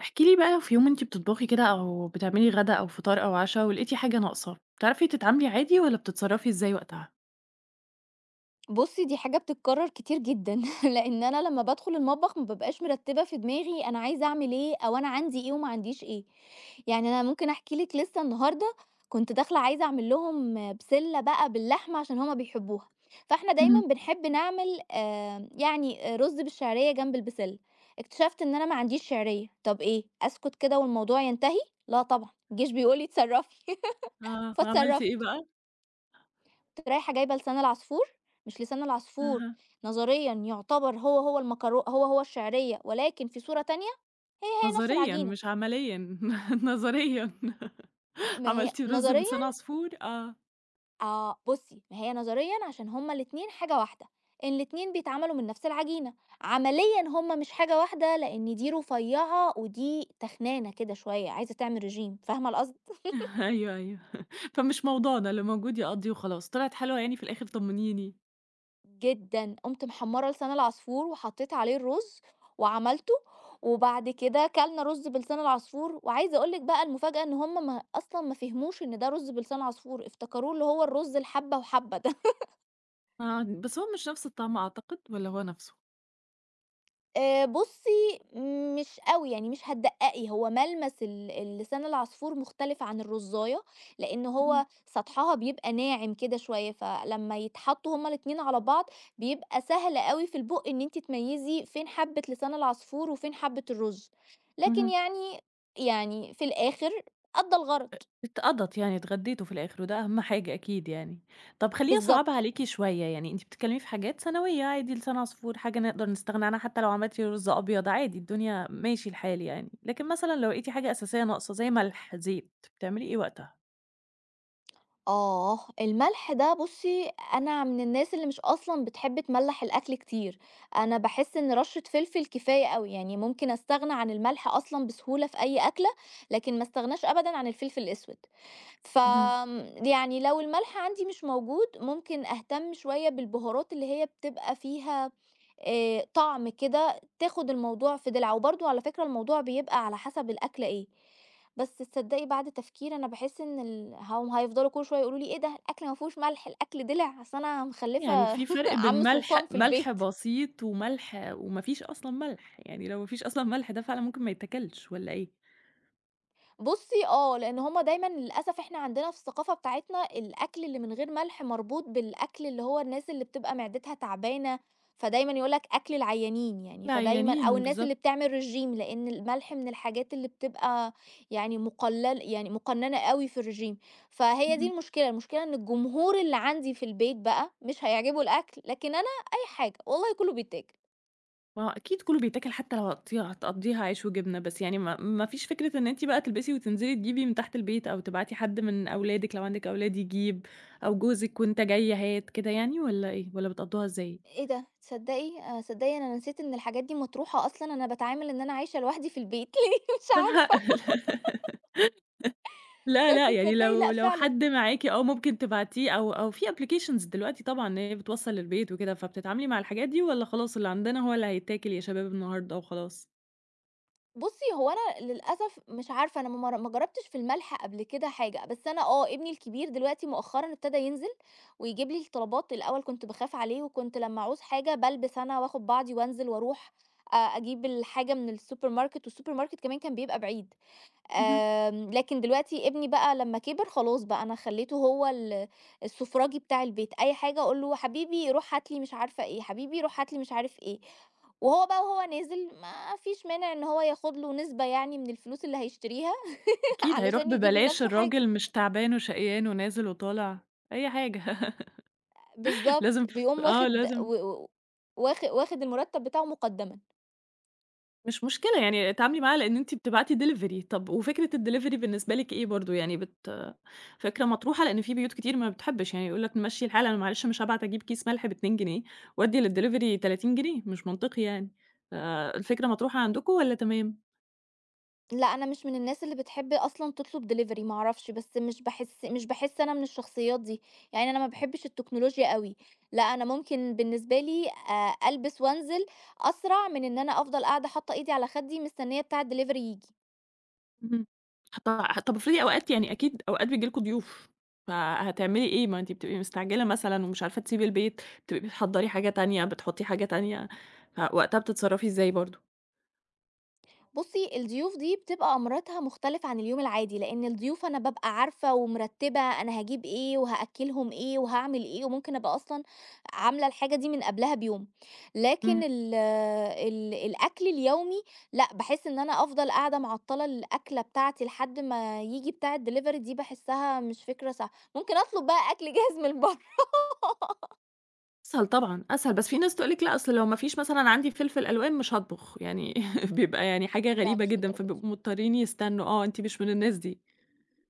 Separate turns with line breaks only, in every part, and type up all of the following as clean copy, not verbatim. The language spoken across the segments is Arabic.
احكي لي بقى لو في يوم أنتِ بتطبخي كده أو بتعملي غدا أو فطار أو عشا ولقيتِ حاجة ناقصة، بتعرفي تتعاملي عادي والّا بتتصرّفي إزاي وقتها؟
بُصّي، دي حاجة بتتكرر كتير جدًا، لإن أنا لمّا بادخل المطبخ ما بابقاش مرتبة في دماغي أنا عايزة أعمل إيه، أو أنا عندي إيه وما عنديش إيه، يعني أنا ممكن أحكي لِك لسه النهارده كنت داخلة عايزة أعمل لهم بسلة بقى باللحمة عشان هُم بيحبوها، فإحنا دايمًا
اهم.
بنحب نعمل يعني رز بالشعرية جنب البسلة. اكتشفت إن أنا ما عنديش شعرية، طب إيه أسكت كده والموضوع ينتهي؟ لا طبعًا، الجيش بيقول لي اتصرّفي.
آه، عملتِ إيه
فاتصرّفت.
بقى؟
رُحت رايحة جايبة لسان العصفور، مش لسان العصفور،
أها،
نظريًا يُعتبر هو، هو المكرو هو، هو الشعرية ولكن في صورة تانية، هي نفس
نظريًا
العجينة.
مش عمليًا، نظريًا
ما هي
عملتِ رز بلسان
نظريًا.
عصفور؟ آه،
آه، بُصّي، ما هي نظريًا عشان هُم الاتنين حاجة واحدة، ان الاتنين بيتعملوا من نفس العجينة، عمليًا هُم مش حاجة واحدة لإن دي رفيّعة ودي تخنانة كده شوية، عايزة تعمل رجيم، فاهمة القصد؟
أيوه، أيوه، فمش موضوعنا اللي موجود يقضّي وخلاص، طلعت حلوة يعني في الآخر طمنيني.
جدًا، قُمت محمّرة لسان العصفور وحطّيت عليه الرز وعملته، وبعد كده كلنا رز بلسان العصفور، وعايزة أقول لِك بقى المفاجأة إن هُم ما أصلًا ما فهموش إن ده رز بلسان عصفور، افتكروه اللي هو الرز الحبّة وحبّة ده.
آه، بس هو مش نفس الطعم أعتقد والّا هو نفسه؟
بُصّي، مش أوي، يعني مش هتدقّقي، هو ملمس اللسان العصفور مختلف عن الرُزاية، لإن
اهم،
هو سطحها بيبقى ناعم كده شوية، فلمّا يتحطّوا هُم الاتنين على بعض، بيبقى سهل أوي في البُق إن أنتِ تميّزي فين حبّة لسان العصفور وفين حبّة الرُز، لكن
اهم.
يعني يعني في الآخر أدّى الغرض.
اتقضت يعني، اتغديتوا في الآخر وده أهم حاجة أكيد يعني. طب خلّيني أصعّبها
بالضبط.
عليكِ شوية، يعني أنتِ بتتكلمي في حاجات ثانوية عادي لسان عصفور، حاجة نقدر نستغنى عنها حتى لو عملتِ رز أبيض عادي الدنيا ماشي الحال يعني، لكن مثلًا لو لقيتِ حاجة أساسية ناقصة زي ملح، زيت، بتعملي إيه وقتها؟
آه، الملح ده بُصّي، أنا من الناس اللي مش أصلًا بتحب تملّح الأكل كتير، أنا باحس إن رشة فلفل كفاية أوي، يعني ممكن أستغنى عن الملح أصلًا بسهولة في أي أكلة، لكن ما استغناش أبدًا عن الفلفل الأسود.
اهم.
يعني لو الملح عندي مش موجود، ممكن أهتم شوية بالبهارات اللي هي بتبقى فيها طعم كده تاخد الموضوع في دلع، وبرضه على فكرة الموضوع بيبقى على حسب الأكلة إيه. بس تصدّقي بعد تفكير أنا باحس إن هُم هيفضلوا كل شوية يقولوا لي: "إيه ده الأكل ما فيهوش ملح، الأكل دِلع." أصل أنا
يعني
مخلّفة
في فرق بين
عم سلطان
ملح
في
ملح
البيت.
بسيط وملح وما فيش أصلًا ملح، يعني لو ما فيش أصلًا ملح ده فعلًا ممكن ما يتاكلش والّا إيه؟
بُصّي آه، لإن هُم دايمًا للأسف إحنا عندنا في الثقافة بتاعتنا الأكل اللي من غير ملح مربوط بالأكل اللي هو الناس اللي بتبقى معدتها تعبانة، فدايمًا يقول لك أكل العيانين يعني، فدايمًا أو
العيانين،
الناس اللي
بالضبط.
بتعمل ريجيم، لإن الملح من الحاجات اللي بتبقى يعني مُقلل يعني مُقننة أوي في الريجيم. فهي دي
اهم.
المشكلة، المشكلة إن الجمهور اللي عندي في البيت بقى مش هيعجبه الأكل، لكن أنا أي حاجة والله كله بيتاكل.
ما هو أكيد كلّه بيتاكل حتى لو هتقطيها هتقضّيها عيش وجبنة، بس يعني ما فيش فكرة إن أنتِ بقى تلبسي وتنزلي تجيبي من تحت البيت، أو تبعتي حد من أولادِك لو عندِك أولاد يجيب، أو جوزِك وأنت جاي هات كده يعني والّا إيه، والّا بتقضّوها إزاي؟
إيه ده! تصدّقي صدّقي أنا نسيت إن الحاجات دي مطروحة أصلًا، أنا باتعامل إن أنا عايشة لوحدي في البيت ليه مش
لأ، لا،
عارفة.
لأ،
بس
لا، يعني
تصدّقي
لو
لأ
لو
فعلًا.
حد معاكِ آه ممكن تبعتيه أو في applications دلوقتي طبعًا إن هي بتوصّل للبيت وكده، فبتتعاملي مع الحاجات دي والّا خلاص اللي عندنا هو اللي هيتاكل يا شباب النهارده وخلاص؟
بُصّي، هو أنا للأسف مش عارفة أنا ما جرّبتش في الملح قبل كده حاجة، بس أنا آه، ابني الكبير دلوقتي مؤخرًا ابتدى ينزل ويجيب لي الطلبات. الأول كنت باخاف عليه وكنت لمّا أعوز حاجة بالبس أنا وآخُد بعضي وأنزل وأروح أجيب الحاجة من السوبر ماركت، والسوبر ماركت كمان كان بيبقى بعيد. لكن دلوقتي ابني بقى لمّا كِبِر خلاص بقى أنا خلّيته هو السُفراجي بتاع البيت، أي حاجة أقول له: "حبيبي روح هات لي مش عارفة إيه، حبيبي روح هات لي مش عارف إيه." وهو بقى وهو نازل ما فيش مانع إن هو ياخد له نسبة يعني من الفلوس اللي هيشتريها.
أكيد هيروح
علشان يجيب
ببلاش
لنَفْسه حاجة.
الراجل مش تعبان وشقيان ونازل وطالع، أي حاجة
بالضبط،
لازم ف
بيقوم
آه
واخد
لازم
و و واخ واخد المُرتّب بتاعه مُقدَّمًا.
مش مشكلة يعني اتعاملي معاه لإن أنتِ بتبعتي delivery، طب وفكرة الdelivery بالنسبة لِك إيه برضه، يعني فكرة مطروحة لإن في بيوت كتير ما بتحبش يعني يقول لك نمشّي الحال أنا معلش مش هابعت أجيب كيس ملح ب2 جنيه وأدّي للdelivery 30 جنيه مش منطقي يعني، فالفكرة مطروحة عندكم والّا تمام؟
لأ، أنا مش من الناس اللي بتحب أصلًا تطلب delivery، ما أعرفش، بس مش باحس أنا من الشخصيات دي، يعني أنا ما باحبش التكنولوجيا أوي، لأ أنا ممكن بالنسبة لي ألبس وأنزل أسرع من إن أنا أفضل قاعدة حاطة إيدي على خدي مستنية بتاع الdelivery ييجي.
اهم. ط طب افرضي أوقات يعني أكيد أوقات بييجي لكم ضيوف، فهتعملي إيه؟ ما أنتِ بتبقي مستعجلة مثلًا ومش عارفة تسيبي البيت، بتبقي بتحضّري حاجة تانية، بتحطّي حاجة تانية، فوقتها بتتصرّفي إزاي برضه؟
بُصّي، الضيوف دي بتبقى أمرتها مختلف عن اليوم العادي، لإن الضيوف أنا بابقى عارفة ومرتّبة أنا هاجيب إيه وهأكّلهم إيه وهاعمل إيه، وممكن أبقى أصلًا عاملة الحاجة دي من قبلها بيوم. لكن
إمم.
ال ال الأكل اليومي لأ، باحس إن أنا أفضل قاعدة معطّلة الأكلة بتاعتي لحد ما ييجي بتاع الdelivery دي باحسّها مش فكرة صح. ممكن أطلب بقى أكل جاهز من برّه.
أسهل طبعًا، أسهل، بس في ناس تقول لِك لأ، أصل لو ما فيش مثلًا عندي فلفل ألوان مش هاطبخ، يعني بيبقى يعني حاجة
لأ،
غريبة
مش
جدًا،
للدرجة دي.
فبيبقوا مضطرين يستنوا، آه، أنتِ مش من الناس دي.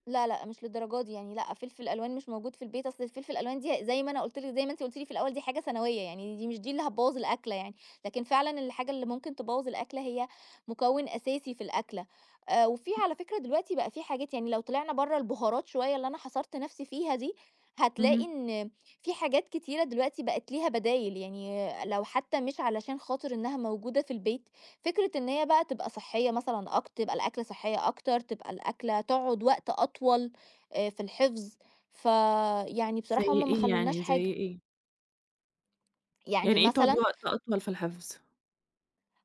لا، لأ، مش للدرجة دي يعني لأ، فلفل ألوان مش موجود في البيت، أصل الفلفل الألوان دي زي ما أنا قُلت لِك زي ما أنتِ قُلتِ لي في الأول دي حاجة ثانوية، يعني دي مش دي اللي هتبوّظ الأكلة يعني، لكن فعلًا الحاجة اللي ممكن تبوّظ الأكلة هي مكون أساسي في الأكلة. وفي على فكرة دلوقتي بقى في حاجات يعني لو طلعنا برّه البهارات شوية اللي أنا حصرت نفسي فيها دي، هتلاقي
اهم.
إن في حاجات كتيرة دلوقتي بقت ليها بدايل، يعني لو حتى مش علشان خاطر إنها موجودة في البيت فكرة إن هي بقى تبقى صحية مثلًا تبقى الأكلة صحية أكتر، تبقى الأكلة تقعد وقت أطول في الحفظ، فيعني
زي
بصراحة هُم ما
إيه
خلّوناش
يعني،
حاجة.
زي إيه؟
يعني
يعني إيه تقعدي
مثلًا
وقت أطول في الحفظ؟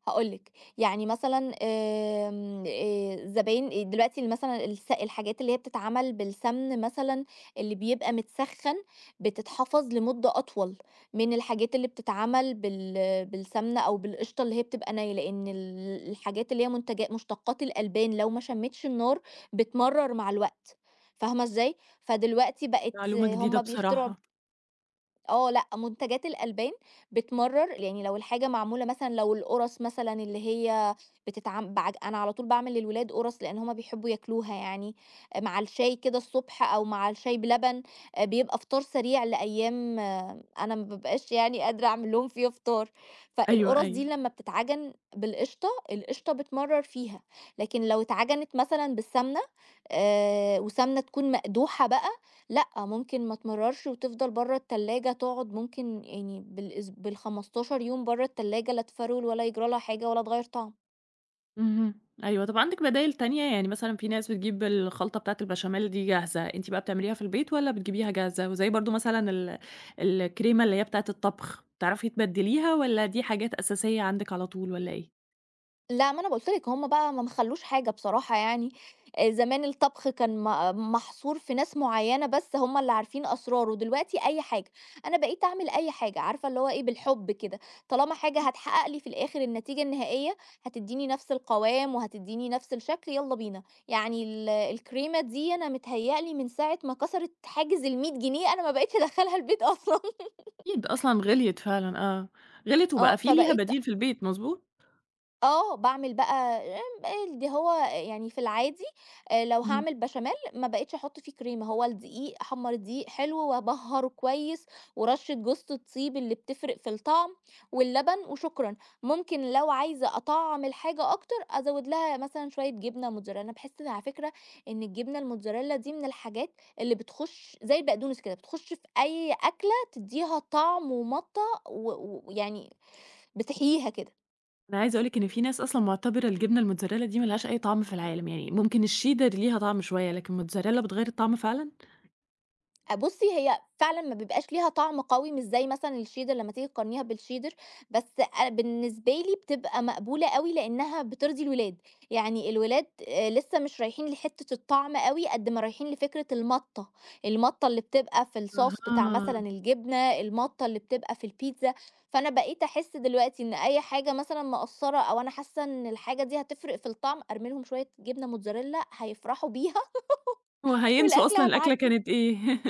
هاقول لِك، يعني مثلًا آمم الزباين دلوقتي مثلًا الحاجات اللي هي بتتعمل بالسمن مثلًا اللي بيبقى متسخّن، بتتحفظ لمدة أطول من الحاجات اللي بتتعمل بالسمنة أو بالقشطة اللي هي بتبقى نية، لإن الحاجات اللي هي منتجا مشتقات الألبان لو ما شمِّتش النار بتمرّر مع الوقت، فاهمة إزاي؟ فدلوقتي بقت
معلومة جديدة
هم بيخترعوا.
بصراحة.
آه لأ، منتجات الألبان بتمرّر، يعني لو الحاجة معمولة مثلًا لو القرص مثلًا اللي هي بتتعم بعج أنا على طول باعمل للولاد قرص لإن هم بيحبوا ياكلوها يعني، آه، مع الشاي كده الصبح أو مع الشاي بلبن، بيبقى فطار سريع لأيام آه، أنا ما بابقاش يعني قادرة أعمل لهم فيها فطار،
أيوه،
فالقرص
أيوه.
دي لمّا بتتعجن بالقشطة، القشطة بتمرّر فيها، لكن لو اتعجنت مثلًا بالسمنة وسمنة تكون مقدوحة بقى لأ، ممكن ما تمرّرش وتفضل برّه التلاجة تقعد ممكن يعني بال15 يوم برّه التلاجة لا تفرول ولا يجرى لها حاجة ولا تغيّر طعم.
اهم. أيوه، طب عندِك بدايل تانية؟ يعني مثلًا في ناس بتجيب الخلطة بتاعة البشاميل دي جاهزة، أنتِ بقى بتعمليها في البيت والّا بتجيبيها جاهزة؟ وزي برضه مثلًا الكريمة اللي هي بتاعة الطبخ، بتعرفي تبدّليها والّا دي حاجات أساسية عندِك على طول والّا إيه؟
لأ، ما أنا قُلت لِك هم بقى ما خلّوش حاجة بصراحة يعني. زمان الطبخ كان محصور في ناس معيّنة بس هم اللي عارفين أسراره، دلوقتي أي حاجة، أنا بقيت أعمل أي حاجة، عارفة اللي هو إيه بالحب كده، طالما حاجة هتحقق لي في الآخر النتيجة النهائية، هتدّيني نفس القوام وهتدّيني نفس الشكل، يالّا بينا. يعني الكريمة دي أنا متهيأ لي من ساعة ما كسرت حاجز ال100 جنيه أنا ما بقيتش أدخّلها البيت أصلًا.
أكيد أصلًا غِليت فعلًا آه، غِليت
آه،
وبقى في ليها
فبقيت
بديل في البيت مضبوط؟
آه، باعمل بقى اللي هو يعني في العادي لو
اهم.
هاعمل بشاميل ما بقيتش أحُط فيه كريمة، هو الدقيق أحمّر الدقيق حلو وأبهّره كويس ورشّة جوزة الطيب اللي بتفرق في الطعم واللبن وشكرًا. ممكن لو عايزة أطعّم الحاجة أكتر أزوّد لها مثلًا شوية جبنة موتزاريلا، باحس على فكرة إن الجبنة الموتزاريلا دي من الحاجات اللي بتخُش زي البقدونس كده، بتخُش في أي أكلة تدّيها طعم ومَطّة و ويعني بتحييها كده.
أنا عايزة أقول لِك إن في ناس أصلًا معتبرة الجبنة الموتزاريلا دي ما لهاش أي طعم في العالم، يعني ممكن الشيدر ليها طعم شوية، لكن الموتزاريلا بتغيّر الطعم فعلًا؟
أ بُصّي، هي فعلًا ما بيبقاش ليها طعم قوي مش زي مثلًا الشيدر لمّا تيجي تقارنيها بالشيدر، بس أ بالنسبة لي بتبقى مقبولة أوي لإنها بترضي الولاد، يعني الولاد لسه مش رايحين لحتّة الطعم أوي قد ما رايحين لفكرة المَطّة، المَطّة اللي بتبقى في الصوص بتاع
أها،
مثلًا الجبنة، المَطّة اللي بتبقى في البيتزا. فأنا بقيت أحس دلوقتي إن أي حاجة مثلًا مقصّرة أو أنا حاسة إن الحاجة دي هتفرق في الطعم، أرمي لهم شوية جبنة موتزاريلا هيفرحوا بيها
وهينسوا
والأكلة
أصلًا الأكلة
هتعدّي.
كانت إيه.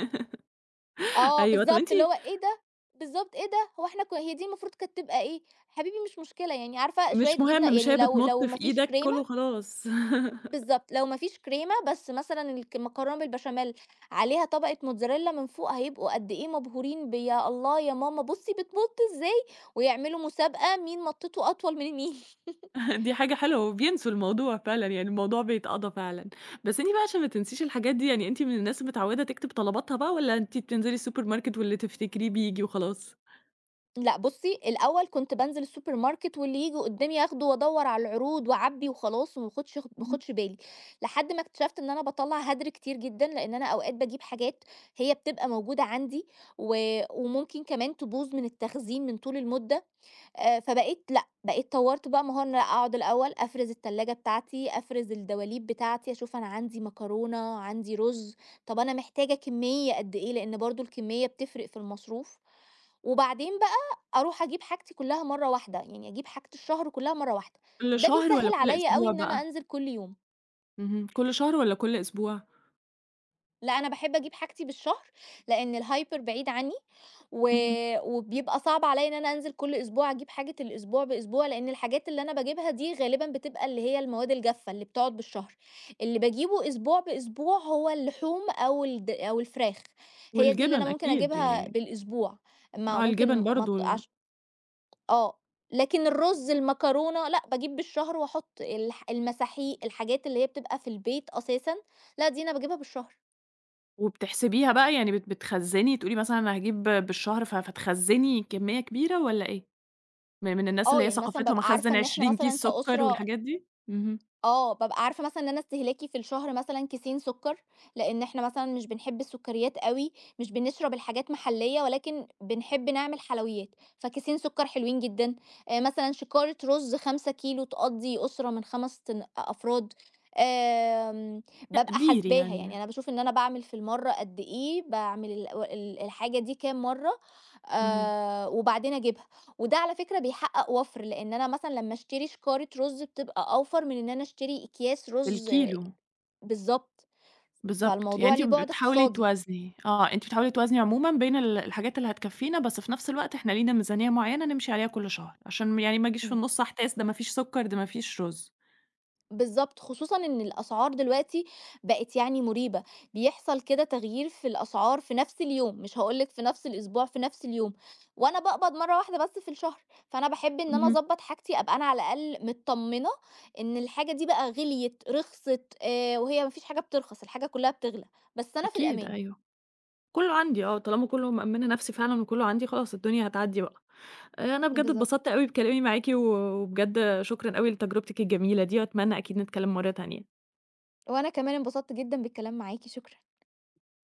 آه،
أيوه، طَب أنتِ
بالضبط، اللي هو إيه ده! بالضبط، إيه ده! هو إحنا هي دي المفروض كانت تبقى إيه، حبيبي مش مشكلة يعني عارفة شوية
مش
جبنة
مهم، مش
يعني
هي
لو
بتمُط
ما
في
فيش
إيدك،
كريمة.
كُل وخلاص.
بالضبط، لو ما فيش كريمة بس مثلًا المكرونة بالبشاميل عليها طبقة موتزاريلا من فوق هيبقوا قد إيه مبهورين ب يا الله، يا ماما بُصّي بتمُط إزاي، ويعملوا مسابقة مين مطّته أطول من مين.
دي حاجة حلوة وبينسوا الموضوع فعلًا، يعني الموضوع بيتقضى فعلًا. بس أنتِ بقى عشان ما تنسيش الحاجات دي، يعني أنتِ من الناس المتعوّدة تكتب طلباتها بقى والّا أنتِ بتنزلي السوبر ماركت واللي تفتكريه بييجي وخلاص؟
لأ بُصّي، الأول كنت بانزل السوبر ماركت واللي ييجي قدّامي آخده وأدوّر على العروض وأعبّي وخلاص، وما اخدش ما
اهم.
اخدش بالي، لحد ما اكتشفت إن أنا باطلّع هدر كتير جدًا، لإن أنا أوقات باجيب حاجات هي بتبقى موجودة عندي و وممكن كمان تبوظ من التخزين من طول المدة. فبقيت لأ، بقيت طوّرت بقى مهارة أقعد الأول أفرز التلاجة بتاعتي، أفرز الدواليب بتاعتي، أشوف أنا عندي مكرونة، عندي رُز، طَب أنا محتاجة كمية قد إيه، لإن برضه الكمية بتفرق في المصروف. وبعدين بقى أروح أجيب حاجتي كلّها مرّة واحدة، يعني أجيب حاجة الشهر كلّها مرّة واحدة،
كُل
ده
شهر والّا
بيسهّل
كُل
عليّا أوي
أسبوع
إن
بقى؟
أنا أنزل كل يوم.
اهم، كُل شهر والّا كُل أسبوع؟
لأ أنا باحب أجيب حاجتي بالشهر، لإن الhyper بعيد عني، و
اهم.
وبيبقى صعب عليّا إن أنا أنزل كل أسبوع أجيب حاجة الأسبوع بأسبوع، لإن الحاجات اللي أنا باجيبها دي غالبًا بتبقى اللي هي المواد الجافة اللي بتقعد بالشهر، اللي باجيبه أسبوع بأسبوع هو اللحوم أو الفراخ، هي دي اللي أنا
والجِبَن
ممكن
أكيد
أجيبها
يعني
بالأسبوع، ما
آه،
ممكن
الجِبَن
ما ت
برضه
عش آه، لكن الرز، المكرونة، لأ باجيب بالشهر وأحُط المساحيق، الحاجات اللي هي بتبقى في البيت أساسًا، لأ دي أنا باجيبها بالشهر.
وبتحسبيها بقى، يعني بتخزّني، تقولي مثلًا أنا هاجيب بالشهر فتخزّني كمية كبيرة والّا إيه؟ من الناس
آه،
اللي هي
يعني مثلًا
ثقافتها
بابقى عارفة
مخزّن
إن إحنا
20
مثلًا
كيس سكر
كأسرة
والحاجات دي؟ اهم.
آه، بابقى عارفة مثلًا إن أنا استهلاكي في الشهر مثلًا كيسين سُكّر، لإن إحنا مثلًا مش بنحب السُكّريات أوي، مش بنشرب الحاجات محلية ولكن بنحب نعمل حلويات، فكيسين سُكّر حلوين جدًا. مثلًا شكارة رُز 5 كيلو تقضّي أسرة من 5 أفراد. آمم بابقى
تقدير
حاسباها، يعني
يعني،
أنا باشوف إن أنا باعمل في المَرّة قد إيه، باعمل ال و ال الحاجة دي كام مرّة،
اهم،
وبعدين أجيبها. وده على فكرة بيحقق وفْر، لإن أنا مثلًا لمّا أشتري شكارة رُز بتبقى أوفر من إن أنا أشتري أكياس رُز.
بالكيلو،
بالضبط،
بالضبط، يعني
فالموضوع
أنتِ
ليه بُعد
بتحاولي
اقتصادي.
توازني، آه، أنتِ بتحاولي توازني عمومًا بين الحاجات اللي هتكفّينا، بس في نفس الوقت إحنا لينا ميزانية معيّنة نمشي عليها كل شهر، عشان يعني ما أجيش في
ب
النُص أحتاس ده ما فيش سكر، ده ما فيش رز.
بالضبط، خصوصًا إن الأسعار دلوقتي بقت يعني مُريبة، بيحصل كده تغيير في الأسعار في نفْس اليوم، مش هاقول لِك في نفْس الأسبوع، في نفْس اليوم، وأنا باقبض مرّة واحدة بس في الشهر، فأنا باحب إن أنا
اهم.
أضبّط حاجتي أبقى أنا على الأقل متطمنة إن الحاجة دي بقى غِليت، رِخصت، وهي ما فيش حاجة بترخص، الحاجة كلّها بتغلى، بس أنا في
أكيد،
الأمان.
أيوه. كُلّه عندي آه، طالما كُلّه مأمّنة نفسي فعلًا وكُلّه عندي خلاص الدنيا هتعدّي بقى. أنا بجد
بالضبط،
اتبسطت أوي بكلامي معاكِ، وبجد شكرًا أوي لتجربتِك الجميلة دي وأتمنى أكيد نتكلّم مرّة تانية.
وأنا كمان انبسطت جدًا بالكلام معاكِ، شكرًا.